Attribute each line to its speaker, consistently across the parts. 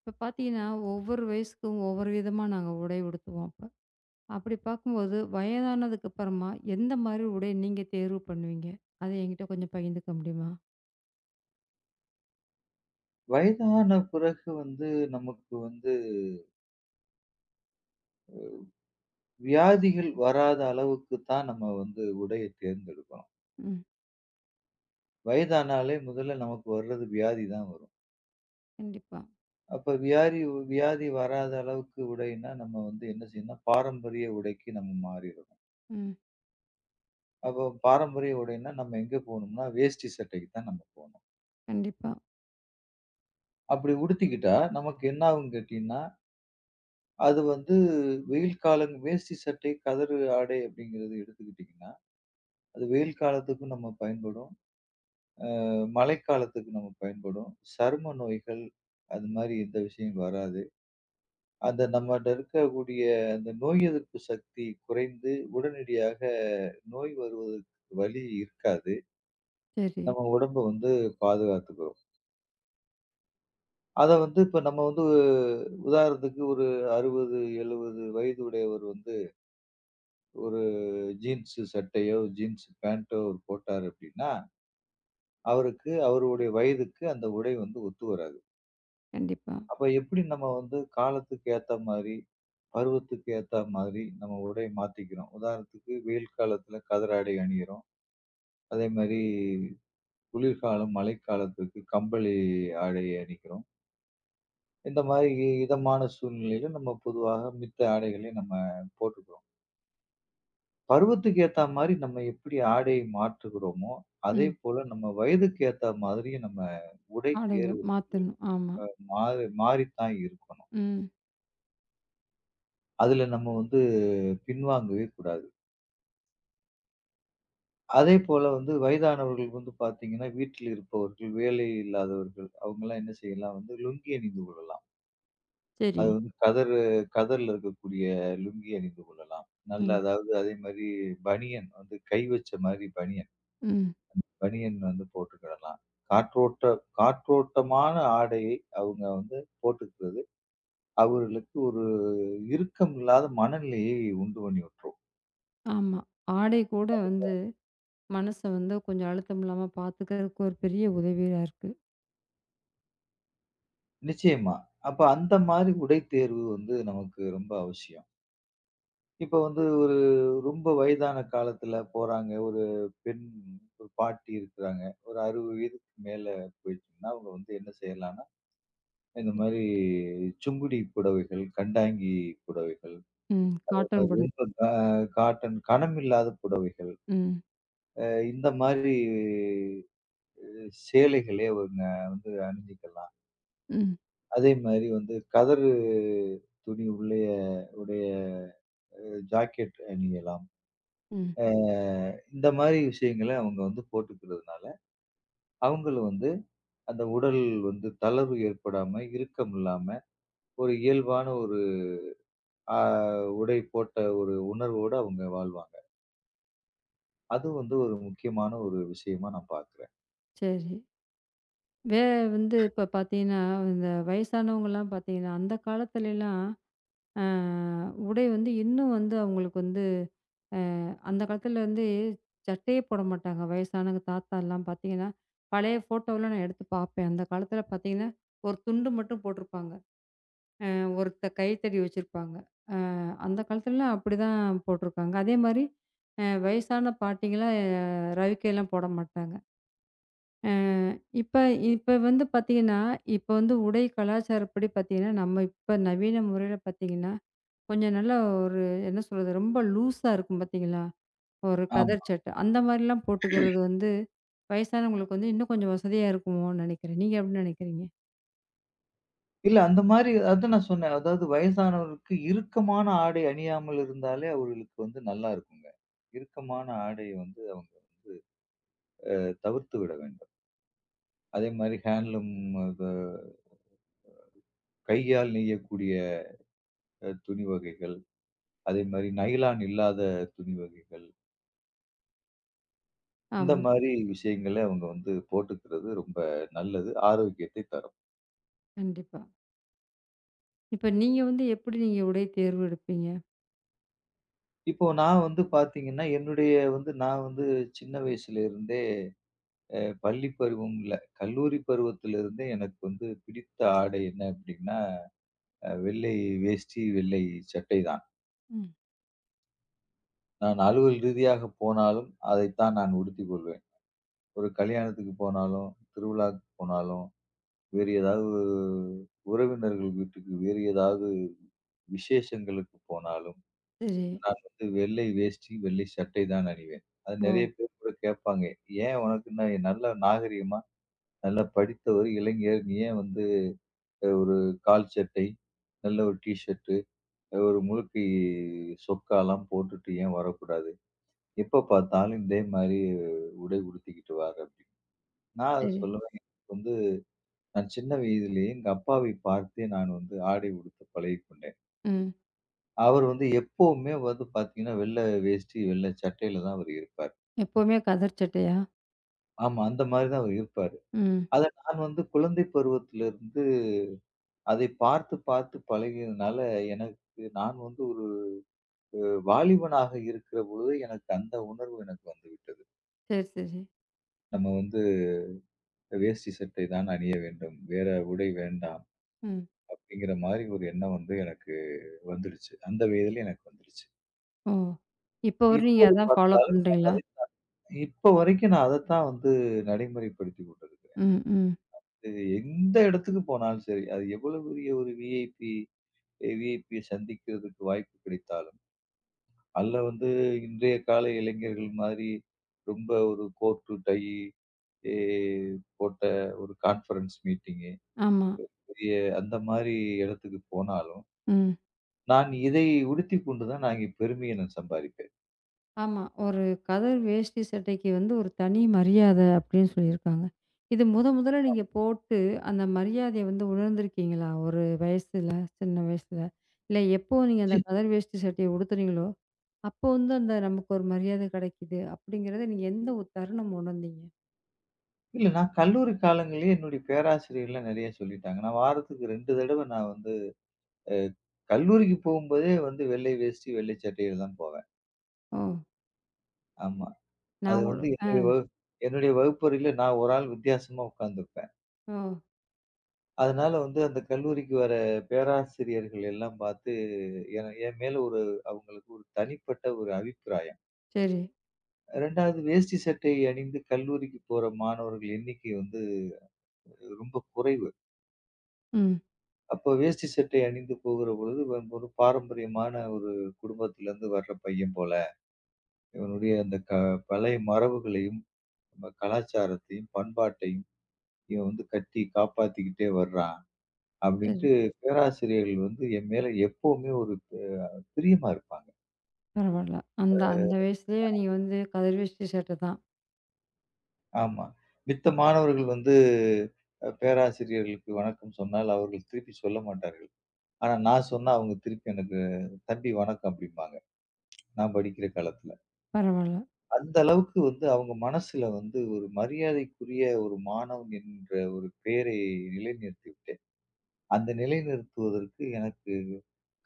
Speaker 1: இப்ப பார்த்தீங்கன்னா, ஒவ்வொரு வயசுக்கும் ஒவ்வொரு விதமா நாங்க உடை உடுத்துவோம் அப்ப. அப்படி பார்க்கும்போது வயதானதுக்கு அப்புறமா எந்த மாரி உடை நீங்க தேர்வு பண்ணுவீங்க? அத என்கிட்ட கொஞ்சம் பகிர்ந்துக்க முடியுமா?
Speaker 2: வயதான பிறகு வந்து நமக்கு வந்து வியாதிகள் வராத அளவுக்கு தான் நம்ம வந்து உடைய தேர்ந்தெடுக்கணும்.
Speaker 1: ம்.
Speaker 2: வயதானாலே முதல்ல நமக்கு வர்றது வியாதி தான் வரும்.
Speaker 1: கண்டிப்பா.
Speaker 2: அப்ப வியாதி வியாதி வராத அளவுக்கு உடைன்னா நம்ம வந்து என்ன செய்யணும்னா, பாரம்பரிய உடைக்கு நம்ம மாறிறணும்.
Speaker 1: ம்.
Speaker 2: அப்போ பாரம்பரிய உடைன்னா நம்ம எங்க போணும்னா, வேஷ்டி சட்டைக்கு தான் நம்ம போணும்.
Speaker 1: கண்டிப்பா.
Speaker 2: அப்படி உடுத்திக்கிட்டா நமக்கு என்ன ஆகும் கேட்டீங்கன்னா, அது வந்து வெயில் காலம் வேஷ்டி சட்டை, கதறு ஆடை அப்படிங்கிறது எடுத்துக்கிட்டீங்கன்னா, அது வெயில் காலத்துக்கும் நம்ம பயன்படும். மழைக்காலத்துக்கு நம்ம பயன்படும். சரும நோய்கள், அது மாரி எந்த விஷயம் வராது. அந்த நம்மட்ட இருக்கக்கூடிய அந்த நோய் எதிர்ப்பு சக்தி குறைந்து, உடனடியாக நோய் வருவதற்கு வழி இருக்காது.
Speaker 1: சரி.
Speaker 2: நம்ம உடம்ப வந்து பாதுகாத்துக்கிறோம். அத வந்து இப்ப நம்ம வந்து உதாரணத்துக்கு ஒரு 60, 70 வயது உடையவர் வந்து ஒரு ஜீன்ஸ் சட்டையோ, ஜீன்ஸ் பேண்டோ அவர் போட்டார் அப்டின்னா, அவருக்கு அவருடைய வயதுக்கு அந்த உடை வந்து ஒத்து வராது.
Speaker 1: கண்டிப்பா.
Speaker 2: அப்ப எப்டி நம்ம வந்து காலத்துக்கு ஏத்த மாரி பருவத்துக்கு ஏத்தா மாதிரி நம்ம உடை மாத்திக்கிறோம். உதாரணத்துக்கு வெயில் காலத்துல கதர் ஆடை அணியிறோம். அதே மாரி குளிர்காலம், மழைக்காலத்துக்கு கம்பளி ஆடை அணிக்கிறோம். இந்த மாதிரி இதமான சூழ்நிலையில நம்ம பொதுவாக மித்த ஆடைகளை நம்ம போட்டுக்கிறோம். பருவத்துக்கு ஏத்தா மாதிரி நம்ம எப்படி ஆடையை மாற்றுகிறோமோ, அதே
Speaker 1: ம்.
Speaker 2: போல நம்ம வயதுக்கு ஏத்தா மாதிரி நம்ம உடை
Speaker 1: ஆடையில
Speaker 2: தேர்வு
Speaker 1: மாத்தணும். ஆமா.
Speaker 2: அ மாறு மாறித்தான் இருக்கணும்.
Speaker 1: ம்.
Speaker 2: அதுல நம்ம வந்து பின்வாங்கவே கூடாது. அதே போல வந்து வயதானவர்கள் வந்து பார்த்தீங்கன்னா, வீட்டில் இருப்பவர்கள், வேலை இல்லாதவர்கள், அவங்கலாம் என்ன செய்யலாம் வந்து லுங்கி அணிந்து கொள்ளலாம்.
Speaker 1: சரி.
Speaker 2: அது வந்து கதர்ல இருக்கக்கூடிய லுங்கி அணிந்து கொள்ளலாம். நல்ல
Speaker 1: ம்.
Speaker 2: அதாவது அதே மாரி பனியன் வந்து கை வச்ச மாரி பனியன்,
Speaker 1: ம்.
Speaker 2: பனியன் வந்து போட்டுக்கிடலாம். காற்றோட்ட காற்றோட்டமான ஆடையை அவங்க வந்து போட்டுக்கிறது, அவர்களுக்கு ஒரு இறுக்கம் இல்லாத மனநிலையை உண்டு பண்ணி விட்டுரும்.
Speaker 1: ஆமா. ஆடை கூட
Speaker 2: அது
Speaker 1: வந்து மனச வந்து கொஞ்சம் அழுத்தம் இல்லாம பார்த்துக்கிறதுக்கு ஒரு பெரிய உதவியா இருக்கு.
Speaker 2: நிச்சயமா. அப்ப அந்த மாரி உடை தேர்வு வந்து நமக்கு ரொம்ப அவசியம். இப்ப வந்து ஒரு ரொம்ப வயதான காலத்துல போறாங்க. ஒரு பெண் ஒரு பாட்டி இருக்கிறாங்க. ஒரு 60 வயதுக்கு மேல போயிடுச்சுங்கன்னா, அவங்க வந்து என்ன செய்யலாம்ன்னா, இந்த மாரி சுங்குடி புடவைகள், கண்டாங்கி புடவைகள்,
Speaker 1: ம். காட்டன் புடவை.
Speaker 2: ரொம்ப கா காட்டன் கனம் இல்லாத புடவைகள்,
Speaker 1: ம்.
Speaker 2: அ இந்த மாரி சேலைகளே அவங்க வந்து அணிஞ்சுக்கலாம்.
Speaker 1: ம்.
Speaker 2: அதே மாரி வந்து கதறு துணி உடைய ஜாக்கெட் அணியலாம்.
Speaker 1: ம்.
Speaker 2: அ இந்த மாரி விஷயங்கள அவங்க வந்து போட்டுக்கிறதுனால, அவங்கள வந்து அந்த உடல் வந்து தளர்வு ஏற்படாம, இறுக்கம் இல்லாம, ஒரு இயல்பான ஒரு அ உடை போட்ட ஒரு உணர்வோட அவங்க வாழ்வாங்க. அது வந்து ஒரு முக்கியமான ஒரு விஷயமா நான் பார்க்கிறேன்.
Speaker 1: சரி. வே வந்து இப்ப பார்த்தீங்கன்னா, இந்த வயசானவங்கலாம் பார்த்தீங்கன்னா, அந்த காலத்துலலாம் அ உடை வந்து இன்னும் வந்து அவங்களுக்கு வந்து அந்த காலத்துல வந்து சட்டையே போட மாட்டாங்க. வயசானவங்க தாத்தாலாம் பார்த்தீங்கன்னா, பழைய ஃபோட்டோலாம் நான் எடுத்து பார்ப்பேன். அந்த காலத்துல பார்த்தீங்கன்னா, ஒரு துண்டு மட்டும் போட்டிருப்பாங்க. ஒரு கைத்தடி வச்சிருப்பாங்க. அந்த காலத்துலலாம் அப்படிதான் போட்டிருக்காங்க. அதேமாரி வயசான பாட்டிங்கலாம் அ ரவிக்கைலாம் போட மாட்டாங்க. அ இப்ப இப்ப வந்து பார்த்தீங்கன்னா, இப்ப வந்து உடை கலாச்சாரப்படி பார்த்தீங்கன்னா, நம்ம இப்ப நவீன முறையில பார்த்தீங்கன்னா, கொஞ்சம் நல்லா ஒரு என்ன சொல்றது? ரொம்ப லூஸா இருக்கும் பார்த்தீங்களா? ஒரு கதர்
Speaker 2: ஆமா.
Speaker 1: சட்டை. அந்த மாரிலாம் போட்டுக்கிறது வந்து, வயசானவங்களுக்கு வந்து இன்னும் கொஞ்சம் வசதியா இருக்குமோன்னு நெனைக்கிறேன். நீங்க எப்படி நெனைக்கிறீங்க?
Speaker 2: இல்ல அந்த மாரி அதான் நான் சொன்னேன். அதாவது வயசானவருக்கு இறுக்கமான ஆடை அணியாமல் இருந்தாலே அவர்களுக்கு வந்து நல்லா இருக்குங்க. இறுக்கமான ஆடைய வந்து அவங்க தவிர்த்து விட வேண்டும். அதே மாரி ஹேண்ட்லூம் அது கையால் நெய்யக்கூடிய துணி வகைகள் அதே மாரி நைலான் இல்லாத துணி வகைகள். இந்த
Speaker 1: ஆமா,
Speaker 2: மாரி விஷயங்கள அவங்க வந்து போட்டுக்கிறது ரொம்ப நல்லது. ஆரோக்கியத்தை தரும்.
Speaker 1: கண்டிப்பா. இப்ப நீங்க வந்து எப்படி நீங்க உடை தேர்வு எடுப்பீங்க?
Speaker 2: இப்போ நான் வந்து பார்த்தீங்கன்னா, என்னுடைய வந்து நான் வந்து சின்ன வயசுல இருந்தே அ பள்ளி பருவம் இல்ல, கல்லூரி பருவத்திலிருந்தே எனக்கு வந்து பிடித்த ஆடை என்ன அப்படின்னா, வெள்ளை வேஷ்டி, வெள்ளை சட்டை தான்.
Speaker 1: ம்.
Speaker 2: நான் அலுவல் ரீதியாக போனாலும் அதைத்தான் நான் உடுத்திக் கொள்வேன். ஒரு கல்யாணத்துக்கு போனாலும், திருவிழாவுக்கு போனாலும், வேறு ஏதாவது உறவினர்கள் வீட்டுக்கு வேறு ஏதாவது விசேஷங்களுக்கு போனாலும்,
Speaker 1: சரி.
Speaker 2: நான் வந்து வெள்ளை வேஷ்டி, வெள்ளை சட்டை தான் அணிவேன். அது
Speaker 1: ஓ!
Speaker 2: நெறைய பேர் கூட கேட்பாங்க. "ஏன் உனக்கு என்ன நல்ல நாகரீகமா, நல்லா படித்த ஒரு இளைஞர், நீ ஏன் வந்து ஒரு கால் சட்டை, நல்ல ஒரு டீ ஷர்ட்டு, ஒரு முழுக்கை சொக்காலாம் போட்டுட்டு ஏன் வரக்கூடாது? எப்ப பார்த்தாலும் இதே மாரி உடை உடுத்திக்கிட்டு வர்ற" அப்படின்னு. நான் அத
Speaker 1: சரி.
Speaker 2: சொல்லுவேன். எனக்கு வந்து நான் சின்ன வயதிலேயே எங்க அப்பாவை பார்த்தே நான் வந்து ஆடை உடுத்த பழகிக்கொண்டேன்.
Speaker 1: ம்.
Speaker 2: அவர் வந்து எப்பவுமே வந்து பார்த்தீங்கன்னா, வெள்ள வேஷ்டி, வெள்ள சட்டையில தான் அவர் இருப்பார்.
Speaker 1: எப்பவுமே கதர் சட்டையா?
Speaker 2: ஆமா, அந்த மாரி தான் அவர் இருப்பாரு.
Speaker 1: ம்.
Speaker 2: அத நான் வந்து குழந்தை பருவத்திலிருந்து அதை பார்த்து, பார்த்து பழகியதுனால, எனக்கு நான் வந்து ஒரு அ வாலிபனாக இருக்கிற பொழுது, எனக்கு அந்த உணர்வு எனக்கு வந்துவிட்டது.
Speaker 1: சரி, சரி.
Speaker 2: நம்ம வந்து வேஷ்டி சட்டை தான் அணிய வேண்டும். வேற உடை வேண்டாம்.
Speaker 1: ம்.
Speaker 2: அப்படிங்கிற மாரி ஒரு எண்ணம் வந்து எனக்கு வந்துடுச்சு. அந்த வயதில எனக்கு வந்துடுச்சு.
Speaker 1: ஓ! இப்ப வரையும் நீங்க
Speaker 2: இப்போது
Speaker 1: அதான் ஃபாலோ
Speaker 2: பார்த்தாலும் நான்
Speaker 1: பண்றீங்களா?
Speaker 2: அதை இப்ப வரைக்கும் நான் அதத்தான் வந்து நடைமுறைப்படுத்திக் கொண்டிருக்கிறேன்.
Speaker 1: ம், ம்.
Speaker 2: இது எந்த இடத்துக்கு போனாலும் சரி, அது எவ்வளவு பெரிய ஒரு விஐபி விஐபிய சந்திக்கிறதுக்கு வாய்ப்பு கிடைத்தாலும், அல்ல வந்து இன்றைய கால இளைஞர்கள் மாதிரி ரொம்ப ஒரு கோட்டு, டை எ போட்ட ஒரு கான்ஃபரன்ஸ் மீட்டிங்கு,
Speaker 1: ஆமா.
Speaker 2: பெரிய அந்த மாரி இடத்துக்கு போனாலும்,
Speaker 1: ம்.
Speaker 2: நான் இதை உடுத்திக் கொண்டு தான் நான் இங்கே பெருமைய நான் சம்பாதிப்பேன்.
Speaker 1: ஆமா. ஒரு கதர் வேஷ்டி சட்டைக்கு வந்து ஒரு தனி மரியாதை அப்படின்னு சொல்லியிருக்காங்க. இது முதல்ல நீங்க போட்டு அந்த மரியாதைய வந்து உணர்ந்திருக்கீங்களா? ஒரு வயசுல, சின்ன வயசுல? இல்ல எப்போ நீங்க
Speaker 2: ச்சீ!
Speaker 1: அந்த கதர் வேஷ்டி சட்டைய உடுத்துறீங்களோ, அப்போ வந்து அந்த நமக்கு ஒரு மரியாதை கிடைக்குது அப்படிங்கிறத நீங்க எந்த ஒரு தருணம் உணர்ந்தீங்க?
Speaker 2: இல்ல நான் கல்லூரி காலங்கள்லயே என்னுடைய பேராசிரியர்லாம் நெறைய சொல்லிட்டாங்க. நான் வாரத்துக்கு 2 தடவ நான் வந்து அ கல்லூரிக்கு போகும்போதே வந்து வெள்ளை வேஷ்டி, வெள்ளை சட்டையில தான் போவேன்.
Speaker 1: ஓ!
Speaker 2: ஆமா.
Speaker 1: நான்
Speaker 2: அது
Speaker 1: உங்கள
Speaker 2: வந்து
Speaker 1: ஆ.
Speaker 2: என்னுடைய வகுப்பறையில நான் ஒரு ஆள் வித்தியாசமா உட்கார்ந்திருப்பேன்.
Speaker 1: ஓ!
Speaker 2: அதனால வந்து அந்த கல்லூரிக்கு வர பேராசிரியர்கள் எல்லாம் பார்த்து, என் மேல ஒரு அவங்களுக்கு ஒரு தனிப்பட்ட ஒரு அபிப்பிராயம்.
Speaker 1: சரி.
Speaker 2: 2வது வேஷ்டி சட்டை அணிந்து கல்லூரிக்கு போற மாணவர்கள் எண்ணிக்கை வந்து ரொம்ப குறைவு.
Speaker 1: ம்.
Speaker 2: அப்போ வேஷ்டி சட்டை அணிந்து போகிற பொழுது, இவன் ஒரு பாரம்பரியமான ஒரு குடும்பத்திலிருந்து வர்ற பையன் போல, இவனுடைய அந்த பழைய மரபுகளையும், நம்ம கலாச்சாரத்தையும், பண்பாட்டையும் இவன் வந்து கட்டி காப்பாத்திக்கிட்டே வர்றான்.
Speaker 1: சரி.
Speaker 2: அப்படின்ட்டு பேராசிரியர்கள் வந்து என் மேல எப்பவுமே ஒரு ப பிரியமா இருப்பாங்க.
Speaker 1: பரவால்ல. அந்த அந்த வயசுலயே நீங்க வந்து கதர் வேஷ்டி சட்டை தான்.
Speaker 2: ஆமா. மித்த மாணவர்கள் வந்து பேராசிரியர்களுக்கு வணக்கம் சொன்னால் அவர்கள் திருப்பி சொல்ல மாட்டார்கள். ஆனா நான் சொன்னா அவங்க திருப்பி எனக்கு "தம்பி வணக்கம்" அப்படிம்பாங்க. நான் படிக்கிற காலத்துல.
Speaker 1: பரவால்ல.
Speaker 2: அந்த அளவுக்கு வந்து அவங்க மனசுல வந்து ஒரு மரியாதைக்குரிய ஒரு மாணவன் என்ற ஒரு பெயரை நிலைநிறுத்தி விட்டேன். அந்த நிலைநிறுத்துவதற்கு எனக்கு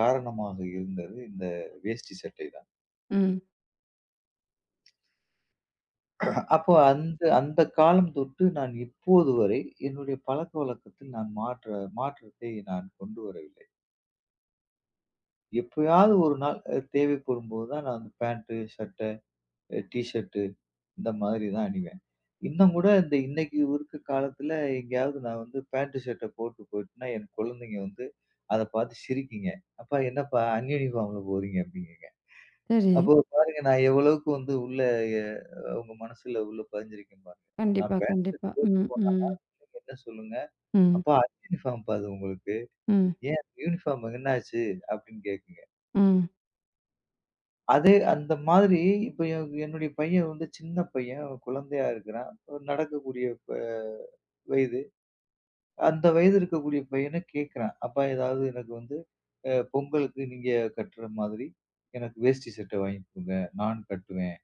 Speaker 2: காரணமாக இருந்தது இந்த வேஷ்டி சட்டை தான்.
Speaker 1: ம்.
Speaker 2: அப்போ அந்த அந்த காலம் தொட்டு நான் இப்போது வரை என்னுடைய பழக்கவழக்கத்தில் நான் மாற்றத்தை நான் கொண்டு வரவில்லை. எப்பயாவது ஒரு நாள் தேவைப்படும்போது தான் நான் வந்து பேண்ட், சட்டை, டீ ஷர்ட் இந்த மாதிரி தான் அணிவேன். இன்னும் கூட இந்த இன்னைக்கு இருக்க காலத்துல எங்கேயாவது நான் வந்து பேண்ட், ஷர்ட்ட போட்டு போயிட்டேன்னா, என் குழந்தைங்க வந்து அத பார்த்து சிரிக்குங்க. "அப்பா என்னப்பா அன்யூனிஃபார்ம்ல போறீங்க?" அப்படிங்குங்க.
Speaker 1: சரி.
Speaker 2: அப்போ பாருங்க நான் எவ்வளவுக்கு வந்து உள்ள எ அவங்க மனசுல உள்ள பதிஞ்சிருக்கேன் பாருங்க. நான்
Speaker 1: கண்டிப்பா,
Speaker 2: பேண்ட், ஷர்ட்
Speaker 1: கண்டிப்பா.
Speaker 2: போட்டு
Speaker 1: ம்,
Speaker 2: போனா
Speaker 1: ம்,
Speaker 2: என்ன சொல்லுங்க.
Speaker 1: ம்,
Speaker 2: "அப்பா யூனிஃபார்ம்ப்பா அது உங்களுக்கு.
Speaker 1: ம்,
Speaker 2: ஏன் யூனிஃபார்ம் என்னாச்சு?" அப்படின்னு கேட்குங்க.
Speaker 1: ம்.
Speaker 2: அது அந்த மாதிரி இப்ப என்னுடைய பையன் வந்து சின்ன பையன். அவன் குழந்தையா இருக்கிறான். ஒரு நடக்கக்கூடிய ப வயது. அந்த வயது இருக்கக்கூடிய பையன கேட்குறான். "அப்பா ஏதாவது எனக்கு வந்து பொங்கலுக்கு நீங்க கட்டுற மாதிரி எனக்கு வேஷ்டி சட்டை வாங்கி குடுங்க. நான் கட்டுவேன்."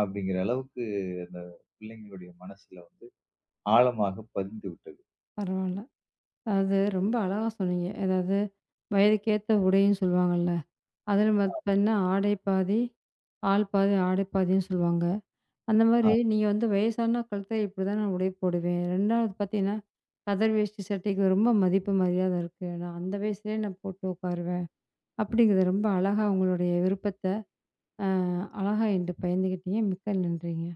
Speaker 2: அப்படிங்கிற அளவுக்கு அந்த பிள்ளைங்களுடைய மனசுல வந்து ஆழமாக பதிந்து விட்டது.
Speaker 1: பரவால்ல. அதாவது ரொம்ப அழகா சொன்னீங்க. அதாவது வயதுக்கேத்த உடைன்னு சொல்லுவாங்கல்ல. அதில பார்த்தீங்கன்னா, ஆடை பாதி, ஆள் பாதி, ஆடை பாதின்னு சொல்லுவாங்க. அந்த
Speaker 2: ஆ.
Speaker 1: மாரி நீங்க வந்து வயசான காலத்தில இப்படிதான் நான் உடை போடுவேன். 2வது பார்த்தீங்கன்னா, கதர் வேஷ்டி சட்டைக்கு ரொம்ப மதிப்பு மரியாதை இருக்கு. நான் அந்த வயசுலயே நான் போட்டு உட்காருவேன். அப்படிங்கிறத ரொம்ப அழகா உங்களுடைய விருப்பத்த அ அழகா என்ட்ட பகிர்ந்துக்கிட்டீங்க. மிக்க நன்றிங்க.